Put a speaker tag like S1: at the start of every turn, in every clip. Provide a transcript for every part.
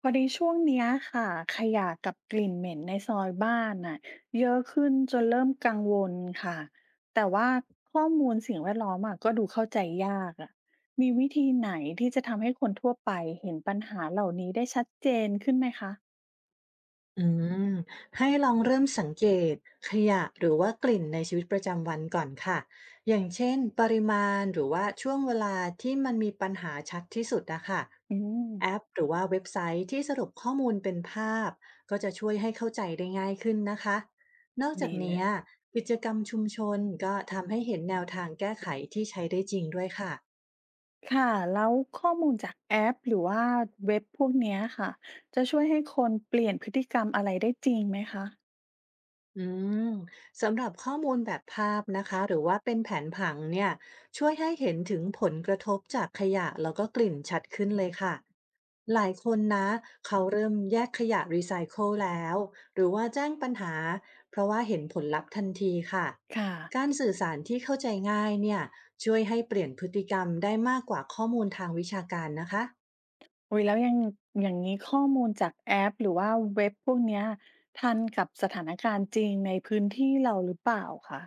S1: พอดีช่วงเนี้ยค่ะขยะกับกลิ่นเหม็นในซอยบ้านน่ะเยอะขึ้นจนเริ่มกังวลค่ะแต่ว่าข้อมูลสิ่งแวดล้อมอะก็ดูเข้าใจยากอะมีวิธีไหนที่จะทำให้คนทั่วไปเห็นปัญหาเหล่านี้ได้ชัดเจนขึ้นไหมคะ
S2: อืมให้ลองเริ่มสังเกตขยะหรือว่ากลิ่นในชีวิตประจำวันก่อนค่ะอย่างเช่นปริมาณหรือว่าช่วงเวลาที่มันมีปัญหาชัดที่สุดนะคะ
S1: อืม
S2: แอปหรือว่าเว็บไซต์ที่สรุปข้อมูลเป็นภาพก็จะช่วยให้เข้าใจได้ง่ายขึ้นนะคะนอกจาก
S1: ดีเล
S2: นี้
S1: ย
S2: กิจกรรมชุมชนก็ทำให้เห็นแนวทางแก้ไขที่ใช้ได้จริงด้วยค่ะ
S1: ค่ะแล้วข้อมูลจากแอปหรือว่าเว็บพวกเนี้ยค่ะจะช่วยให้คนเปลี่ยนพฤติกรรมอะไรได้จริงไหมคะ
S2: อืมสำหรับข้อมูลแบบภาพนะคะหรือว่าเป็นแผนผังเนี่ยช่วยให้เห็นถึงผลกระทบจากขยะแล้วก็กลิ่นชัดขึ้นเลยค่ะหลายคนนะเขาเริ่มแยกขยะรีไซเคิลแล้วหรือว่าแจ้งปัญหาเพราะว่าเห็นผลลัพธ์ทันทีค่ะ
S1: ค่ะ
S2: การสื่อสารที่เข้าใจง่ายเนี่ยช่วยให้เปลี่ยนพฤติกรรมได้มากกว่าข้อมูลทางวิชาการนะคะ
S1: อุ๊ยแล้วอย่างอย่างงี้ข้อมูลจากแอปหรือว่าเว็บพวกเนี้ยทันกับสถานการณ์จริงในพื้นที่เราหรือเปล่าคะ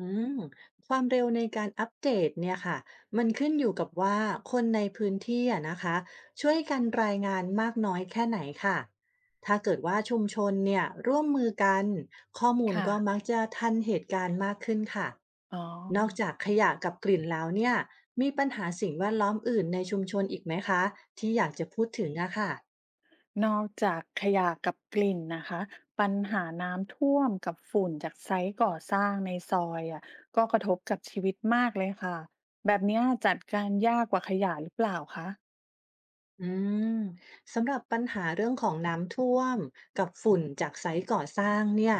S2: อืมความเร็วในการอัปเดตเนี่ยค่ะมันขึ้นอยู่กับว่าคนในพื้นที่อะนะคะช่วยกันรายงานมากน้อยแค่ไหนค่ะถ้าเกิดว่าชุมชนเนี่ยร่วมมือกันข้อมูล
S1: ค่ะ
S2: ก็มักจะทันเหตุการณ์มากขึ้นค่ะ
S1: อ๋อ
S2: นอกจากขยะกับกลิ่นแล้วเนี่ยมีปัญหาสิ่งแวดล้อมอื่นในชุมชนอีกไหมคะที่อยากจะพูดถึงอะค่ะ
S1: นอกจากขยะกับกลิ่นนะคะปัญหาน้ำท่วมกับฝุ่นจากไซต์ก่อสร้างในซอยอะก็กระทบกับชีวิตมากเลยค่ะแบบเนี้ยจัดการยากกว่าขยะหรือเปล่าคะ
S2: อืมสำหรับปัญหาเรื่องของน้ำท่วมกับฝุ่นจากไซต์ก่อสร้างเนี่ย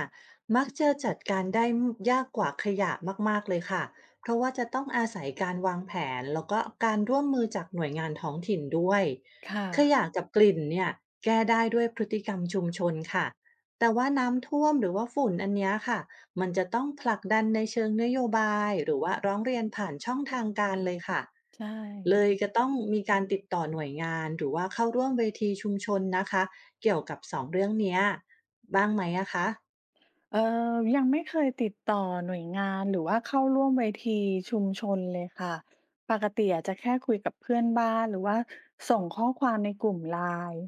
S2: มักจะจัดการได้ยากกว่าขยะมากๆเลยค่ะเพราะว่าจะต้องอาศัยการวางแผนแล้วก็การร่วมมือจากหน่วยงานท้องถิ่นด้วย
S1: ค่ะ
S2: ขยะกับกลิ่นเนี่ยแก้ได้ด้วยพฤติกรรมชุมชนค่ะแต่ว่าน้ำท่วมหรือว่าฝุ่นอันเนี้ยค่ะ มันจะต้องผลักดันในเชิงนโยบายหรือว่าร้องเรียนผ่านช่องทางการเลยค่ะ
S1: ใช่
S2: เลยจะต้องมีการติดต่อหน่วยงานหรือว่าเข้าร่วมเวทีชุมชนนะคะ เกี่ยวกับสองเรื่องเนี้ยบ้างไหมอะคะ
S1: เอ่อยังไม่เคยติดต่อหน่วยงานหรือว่าเข้าร่วมเวทีชุมชนเลยค่ะ ปกติอาจจะแค่คุยกับเพื่อนบ้านหรือว่าส่งข้อความในกลุ่มไลน์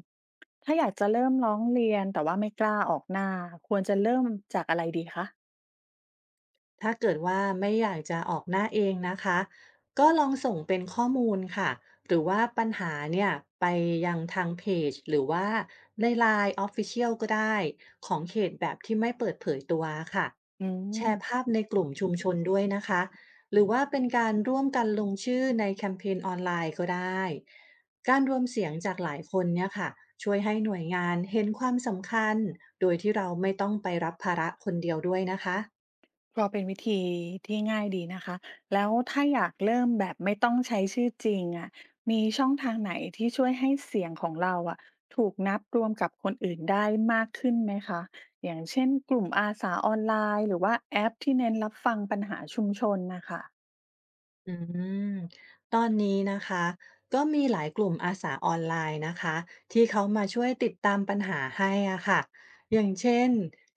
S1: ถ้าอยากจะเริ่มร้องเรียนแต่ว่าไม่กล้าออกหน้าควรจะเริ่มจากอะไรดีคะ
S2: ถ้าเกิดว่าไม่อยากจะออกหน้าเองนะคะก็ลองส่งเป็นข้อมูลค่ะหรือว่าปัญหาเนี่ยไปยังทางเพจหรือว่าใน LINE Official ก็ได้ของเขตแบบที่ไม่เปิดเผยตัวค่ะ
S1: อื
S2: แชร์
S1: ม
S2: ภาพในกลุ่มชุมชนด้วยนะคะหรือว่าเป็นการร่วมกันลงชื่อในแคมเปญออนไลน์ก็ได้การรวมเสียงจากหลายคนเนี่ยค่ะช่วยให้หน่วยงานเห็นความสำคัญโดยที่เราไม่ต้องไปรับภาระคนเดียวด้วยนะคะ
S1: ก็เป็นวิธีที่ง่ายดีนะคะ แล้วถ้าอยากเริ่มแบบไม่ต้องใช้ชื่อจริงอะมีช่องทางไหนที่ช่วยให้เสียงของเราอะถูกนับรวมกับคนอื่นได้มากขึ้นไหมคะ อย่างเช่นกลุ่มอาสาออนไลน์หรือว่าแอปที่เน้นรับฟังปัญหาชุมชนนะคะ
S2: อืมตอนนี้นะคะก็มีหลายกลุ่มอาสาออนไลน์นะคะที่เขามาช่วยติดตามปัญหาให้อะค่ะอย่างเช่น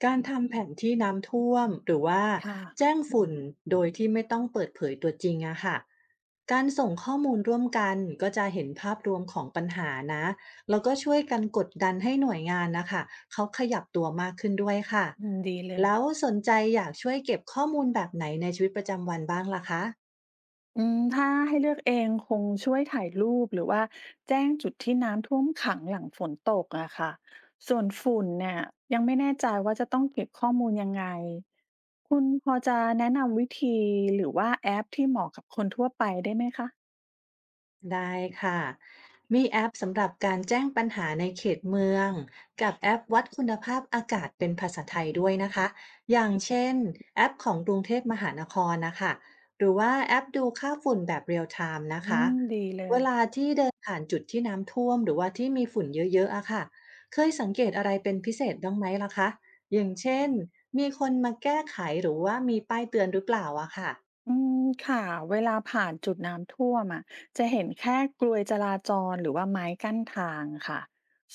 S2: การทำแผนที่น้ำท่วมหรือว่า
S1: ค่ะ
S2: แจ้งฝุ่นโดยที่ไม่ต้องเปิดเผยตัวจริงอะค่ะการส่งข้อมูลร่วมกันก็จะเห็นภาพรวมของปัญหานะแล้วก็ช่วยกันกดดันให้หน่วยงานนะคะเขาขยับตัวมากขึ้นด้วยค่ะ
S1: อืมดีเลย
S2: แล้วสนใจอยากช่วยเก็บข้อมูลแบบไหนในชีวิตประจำวันบ้างล่ะคะ
S1: อืมถ้าให้เลือกเองคงช่วยถ่ายรูปหรือว่าแจ้งจุดที่น้ำท่วมขังหลังฝนตกอะค่ะส่วนฝุ่นเนี่ยยังไม่แน่ใจว่าจะต้องเก็บข้อมูลยังไงคุณพอจะแนะนำวิธีหรือว่าแอปที่เหมาะกับคนทั่วไปได้ไหมคะ
S2: ได้ค่ะ มีแอปสำหรับการแจ้งปัญหาในเขตเมืองกับแอปวัดคุณภาพอากาศเป็นภาษาไทยด้วยนะคะ อย่างเช่นแอปของกรุงเทพมหานครนะคะ หรือว่าแอปดูค่าฝุ่นแบบเรียลไทม์นะ
S1: อื
S2: คะ
S1: มดีเล
S2: เว
S1: ย
S2: ลาที่เดินผ่านจุดที่น้ำท่วมหรือว่าที่มีฝุ่นเยอะๆอะค่ะเคยสังเกตอะไรเป็นพิเศษบ้างไหมล่ะคะอย่างเช่นมีคนมาแก้ไขหรือว่ามีป้ายเตือนหรือเปล่าอะค่ะ
S1: อืมค่ะเวลาผ่านจุดน้ำท่วมอะจะเห็นแค่กลวยจราจรหรือว่าไม้กั้นทางค่ะ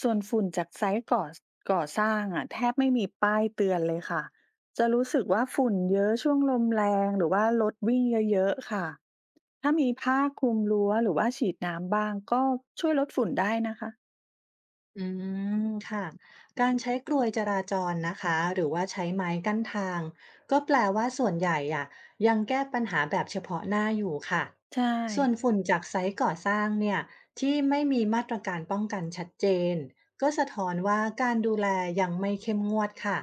S1: ส่วนฝุ่นจากไซต์ก่อสร้างอะแทบไม่มีป้ายเตือนเลยค่ะจะรู้สึกว่าฝุ่นเยอะช่วงลมแรงหรือว่ารถวิ่งเยอะๆค่ะถ้ามีผ้าคลุมรั้วหรือว่าฉีดน้ำบ้างก็ช่วยลดฝุ่นได้นะคะ
S2: อืค่ะการใช้กรวยจราจรนะคะหรือว่าใช้ไม้กั้นทางก็แปลว่าส่วนใหญ่อะยังแก้ปัญหาแบบเฉพาะหน้าอยู่ค่ะ
S1: ใช่
S2: ส่วนฝุ่นจากไซต์ก่อสร้างเนี่ยที่ไม่มีมาตรการป้องกันชัดเจนก็สะท้อนว่าการดูแลยังไม่เข้มงวดค่ะ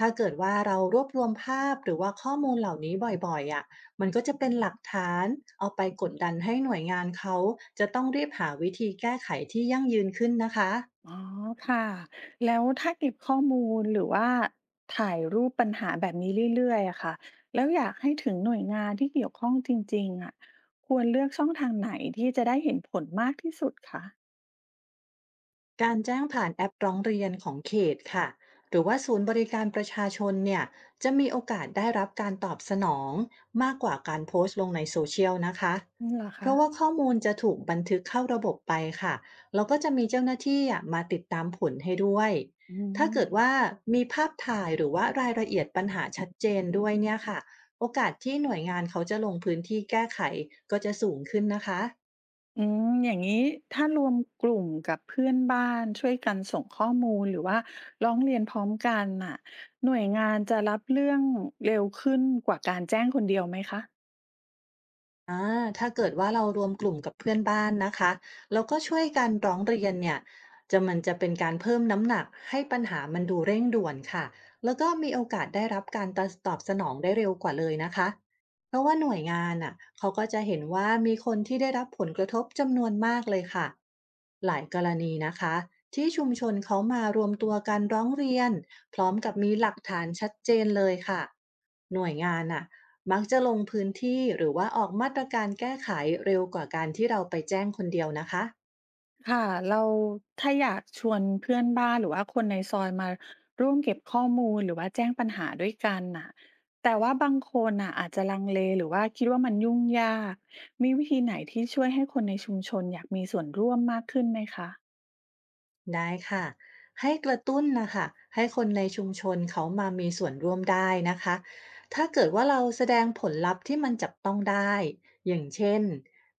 S2: ถ้าเกิดว่าเรารวบรวมภาพหรือว่าข้อมูลเหล่านี้บ่อยๆอะ มันก็จะเป็นหลักฐานเอาไปกดดันให้หน่วยงานเขาจะต้องรีบหาวิธีแก้ไขที่ยั่งยืนขึ้นนะคะ
S1: อ๋อค่ะแล้วถ้าเก็บข้อมูลหรือว่าถ่ายรูปปัญหาแบบนี้เรื่อยๆอะค่ะแล้วอยากให้ถึงหน่วยงานที่เกี่ยวข้องจริงๆอะควรเลือกช่องทางไหนที่จะได้เห็นผลมากที่สุดคะ
S2: การแจ้งผ่านแอปร้องเรียนของเขตค่ะหรือว่าศูนย์บริการประชาชนเนี่ยจะมีโอกาสได้รับการตอบสนองมากกว่าการโพสต์ลงในโซเชียลนะคะ
S1: อืมเหรอ
S2: เพ
S1: คะ
S2: ราะว่าข้อมูลจะถูกบันทึกเข้าระบบไปค่ะแล้วก็จะมีเจ้าหน้าที่อะมาติดตามผลให้ด้วย
S1: อื
S2: ถ้า
S1: ม
S2: เกิดว่ามีภาพถ่ายหรือว่ารายละเอียดปัญหาชัดเจนด้วยเนี่ยค่ะโอกาสที่หน่วยงานเขาจะลงพื้นที่แก้ไขก็จะสูงขึ้นนะคะ
S1: อืมอย่างนี้ถ้ารวมกลุ่มกับเพื่อนบ้านช่วยกันส่งข้อมูลหรือว่าร้องเรียนพร้อมกันน่ะหน่วยงานจะรับเรื่องเร็วขึ้นกว่าการแจ้งคนเดียวไหมคะ
S2: อ่าถ้าเกิดว่าเรารวมกลุ่มกับเพื่อนบ้านนะคะแล้วก็ช่วยกันร้องเรียนเนี่ยจะเป็นการเพิ่มน้ำหนักให้ปัญหามันดูเร่งด่วนค่ะแล้วก็มีโอกาสได้รับการตอบสนองได้เร็วกว่าเลยนะคะเพราะว่าหน่วยงานอ่ะเขาก็จะเห็นว่ามีคนที่ได้รับผลกระทบจำนวนมากเลยค่ะหลายกรณีนะคะที่ชุมชนเขามารวมตัวกันร้องเรียนพร้อมกับมีหลักฐานชัดเจนเลยค่ะหน่วยงานอ่ะ มักจะลงพื้นที่หรือว่าออกมาตรการแก้ไขเร็วกว่าการที่เราไปแจ้งคนเดียวนะคะ
S1: ค่ะเราถ้าอยากชวนเพื่อนบ้านหรือว่าคนในซอยมาร่วมเก็บข้อมูลหรือว่าแจ้งปัญหาด้วยกันน่ะแต่ว่าบางคนน่ะอาจจะลังเลหรือว่าคิดว่ามันยุ่งยากมีวิธีไหนที่ช่วยให้คนในชุมชนอยากมีส่วนร่วมมากขึ้นไหมคะ
S2: ได้ค่ะให้กระตุ้นนะคะให้คนในชุมชนเขามามีส่วนร่วมได้นะคะถ้าเกิดว่าเราแสดงผลลัพธ์ที่มันจับต้องได้อย่างเช่น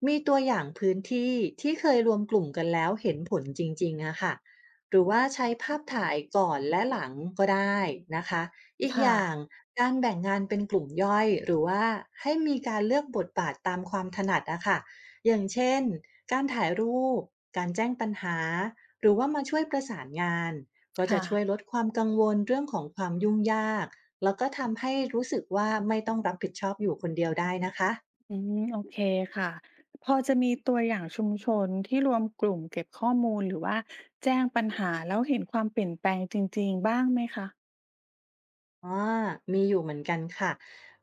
S2: มีตัวอย่างพื้นที่ที่เคยรวมกลุ่มกันแล้วเห็นผลจริงๆอะค่ะหรือว่าใช้ภาพถ่ายก่อนและหลังก็ได้นะคะอีกอ
S1: ค่ะ
S2: ย่างการแบ่งงานเป็นกลุ่มย่อยหรือว่าให้มีการเลือกบทบาทตามความถนัดอะค่ะอย่างเช่นการถ่ายรูปการแจ้งปัญหา หรือว่ามาช่วยประสานงานก็จะ
S1: ค่ะ
S2: ช่วยลดความกังวลเรื่องของความยุ่งยากแล้วก็ทำให้รู้สึกว่าไม่ต้องรับผิดชอบอยู่คนเดียวได้นะคะ
S1: อืมโอเคค่ะพอจะมีตัวอย่างชุมชนที่รวมกลุ่มเก็บข้อมูลหรือว่าแจ้งปัญหาแล้วเห็นความเปลี่ยนแปลงจริงๆบ้างไหมคะ
S2: อามีอยู่เหมือนกันค่ะ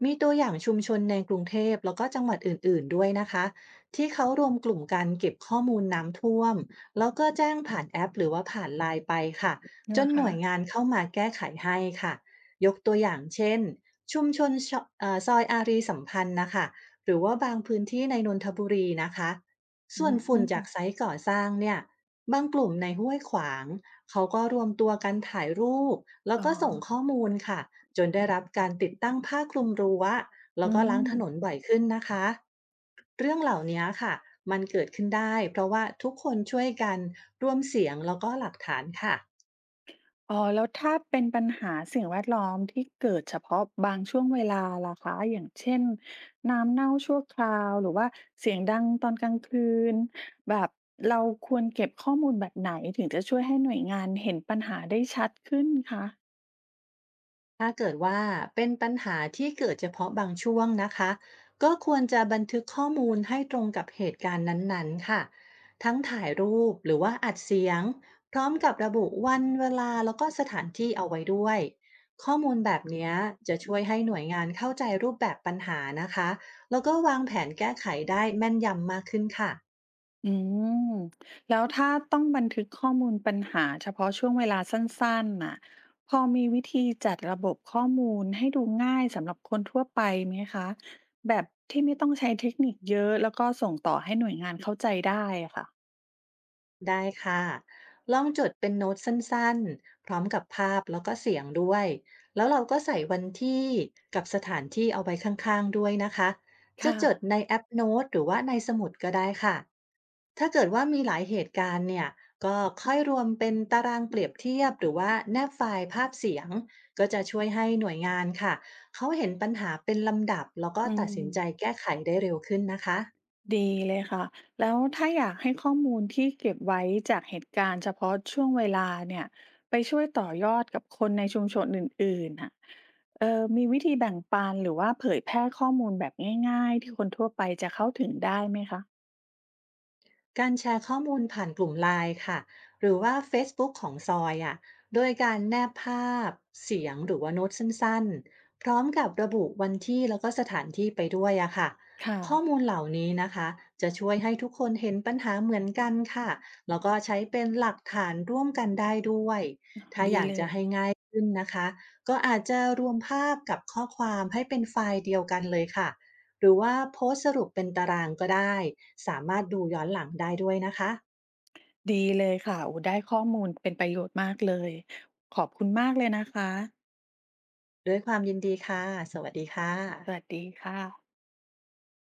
S2: มีตัวอย่างชุมชนในกรุงเทพแล้วก็จังหวัดอื่นๆด้วยนะคะที่เขารวมกลุ่มกันเก็บข้อมูลน้ำท่วมแล้วก็แจ้งผ่านแอปหรือว่าผ่านไลน์ไปค่ะจ
S1: เหร
S2: น
S1: อ
S2: ห
S1: คะ
S2: น่วยงานเข้ามาแก้ไขให้ค่ะยกตัวอย่างเช่นชุมชนชซอยอารีสัมพันธ์นะคะหรือว่าบางพื้นที่ในนนทบุรีนะคะ
S1: อื
S2: ส่วน
S1: ม
S2: ฝุ่นจากไซต์ก่อสร้างเนี่ยบางกลุ่มในห้วยขวางเขาก็รวมตัวกันถ่ายรูปแล้ว
S1: อ๋อ
S2: ก็ส่งข้อมูลค่ะ จนได้รับการติดตั้งผ้าคลุมรั้วแล้
S1: อื
S2: วก็ล้างถนน
S1: ม
S2: บ่อยขึ้นนะคะเรื่องเหล่านี้ค่ะมันเกิดขึ้นได้เพราะว่าทุกคนช่วยกันร่วมเสียงแล้วก็หลักฐานค่ะ
S1: อ๋อแล้วถ้าเป็นปัญหาสิ่งแวดล้อมที่เกิดเฉพาะบางช่วงเวลาล่ะคะอย่างเช่นน้ำเน่าชั่วคราวหรือว่าเสียงดังตอนกลางคืนแบบเราควรเก็บข้อมูลแบบไหนถึงจะช่วยให้หน่วยงานเห็นปัญหาได้ชัดขึ้นคะ
S2: ถ้าเกิดว่าเป็นปัญหาที่เกิดเฉพาะบางช่วงนะคะก็ควรจะบันทึกข้อมูลให้ตรงกับเหตุการณ์นั้นๆค่ะทั้งถ่ายรูปหรือว่าอัดเสียงพร้อมกับระบุวันเวลาแล้วก็สถานที่เอาไว้ด้วยข้อมูลแบบเนี้ยจะช่วยให้หน่วยงานเข้าใจรูปแบบปัญหานะคะแล้วก็วางแผนแก้ไขได้แม่นยำมากขึ้นค่ะ
S1: อืมแล้วถ้าต้องบันทึกข้อมูลปัญหาเฉพาะช่วงเวลาสั้นๆน่ะพอมีวิธีจัดระบบข้อมูลให้ดูง่ายสำหรับคนทั่วไปไหมคะแบบที่ไม่ต้องใช้เทคนิคเยอะแล้วก็ส่งต่อให้หน่วยงานเข้าใจได้อะค่ะ
S2: ได้ค่ะลองจดเป็นโน้ตสั้นๆพร้อมกับภาพแล้วก็เสียงด้วยแล้วเราก็ใส่วันที่กับสถานที่เอาไว้ข้างๆด้วยนะคะจะ
S1: ค่ะ
S2: จดในแอปโน้ตหรือว่าในสมุดก็ได้ค่ะถ้าเกิดว่ามีหลายเหตุการณ์เนี่ยก็ค่อยรวมเป็นตารางเปรียบเทียบหรือว่าแนบไฟล์ภาพเสียงก็จะช่วยให้หน่วยงานค่ะเขาเห็นปัญหาเป็นลำดับแล้วก็
S1: อื
S2: ตัด
S1: ม
S2: สินใจแก้ไขได้เร็วขึ้นนะคะ
S1: ดีเลยค่ะแล้วถ้าอยากให้ข้อมูลที่เก็บไว้จากเหตุการณ์เฉพาะช่วงเวลาเนี่ยไปช่วยต่อยอดกับคนในชุมชนอื่นๆน่ะเออมีวิธีแบ่งปันหรือว่าเผยแพร่ข้อมูลแบบง่ายๆที่คนทั่วไปจะเข้าถึงได้ไหมคะ
S2: การแชร์ข้อมูลผ่านกลุ่มไลน์ค่ะหรือว่าเฟซบุ๊กของซอยอะโดยการแนบภาพเสียงหรือว่าโน้ตสั้นๆพร้อมกับระบุวันที่แล้วก็สถานที่ไปด้วยอะค่ะ
S1: ค่ะ
S2: ข้อมูลเหล่านี้นะคะจะช่วยให้ทุกคนเห็นปัญหาเหมือนกันค่ะแล้วก็ใช้เป็นหลักฐานร่วมกันได้ด้วย
S1: ดีเลย
S2: ซึ่นนะคะก็อาจจะรวมภาพกับข้อความให้เป็นไฟล์เดียวกันเลยค่ะหรือว่าโพสต์สรุปเป็นตารางก็ได้สามารถดูย้อนหลังได้ด้วยนะคะ
S1: ดีเลยค่ะโอ้ได้ข้อมูลเป็นประโยชน์มากเลยขอบคุณมากเลยนะคะ
S2: ด้วยความยินดีค่ะ สวัสดีค่ะ
S1: สวัสดีค่ะ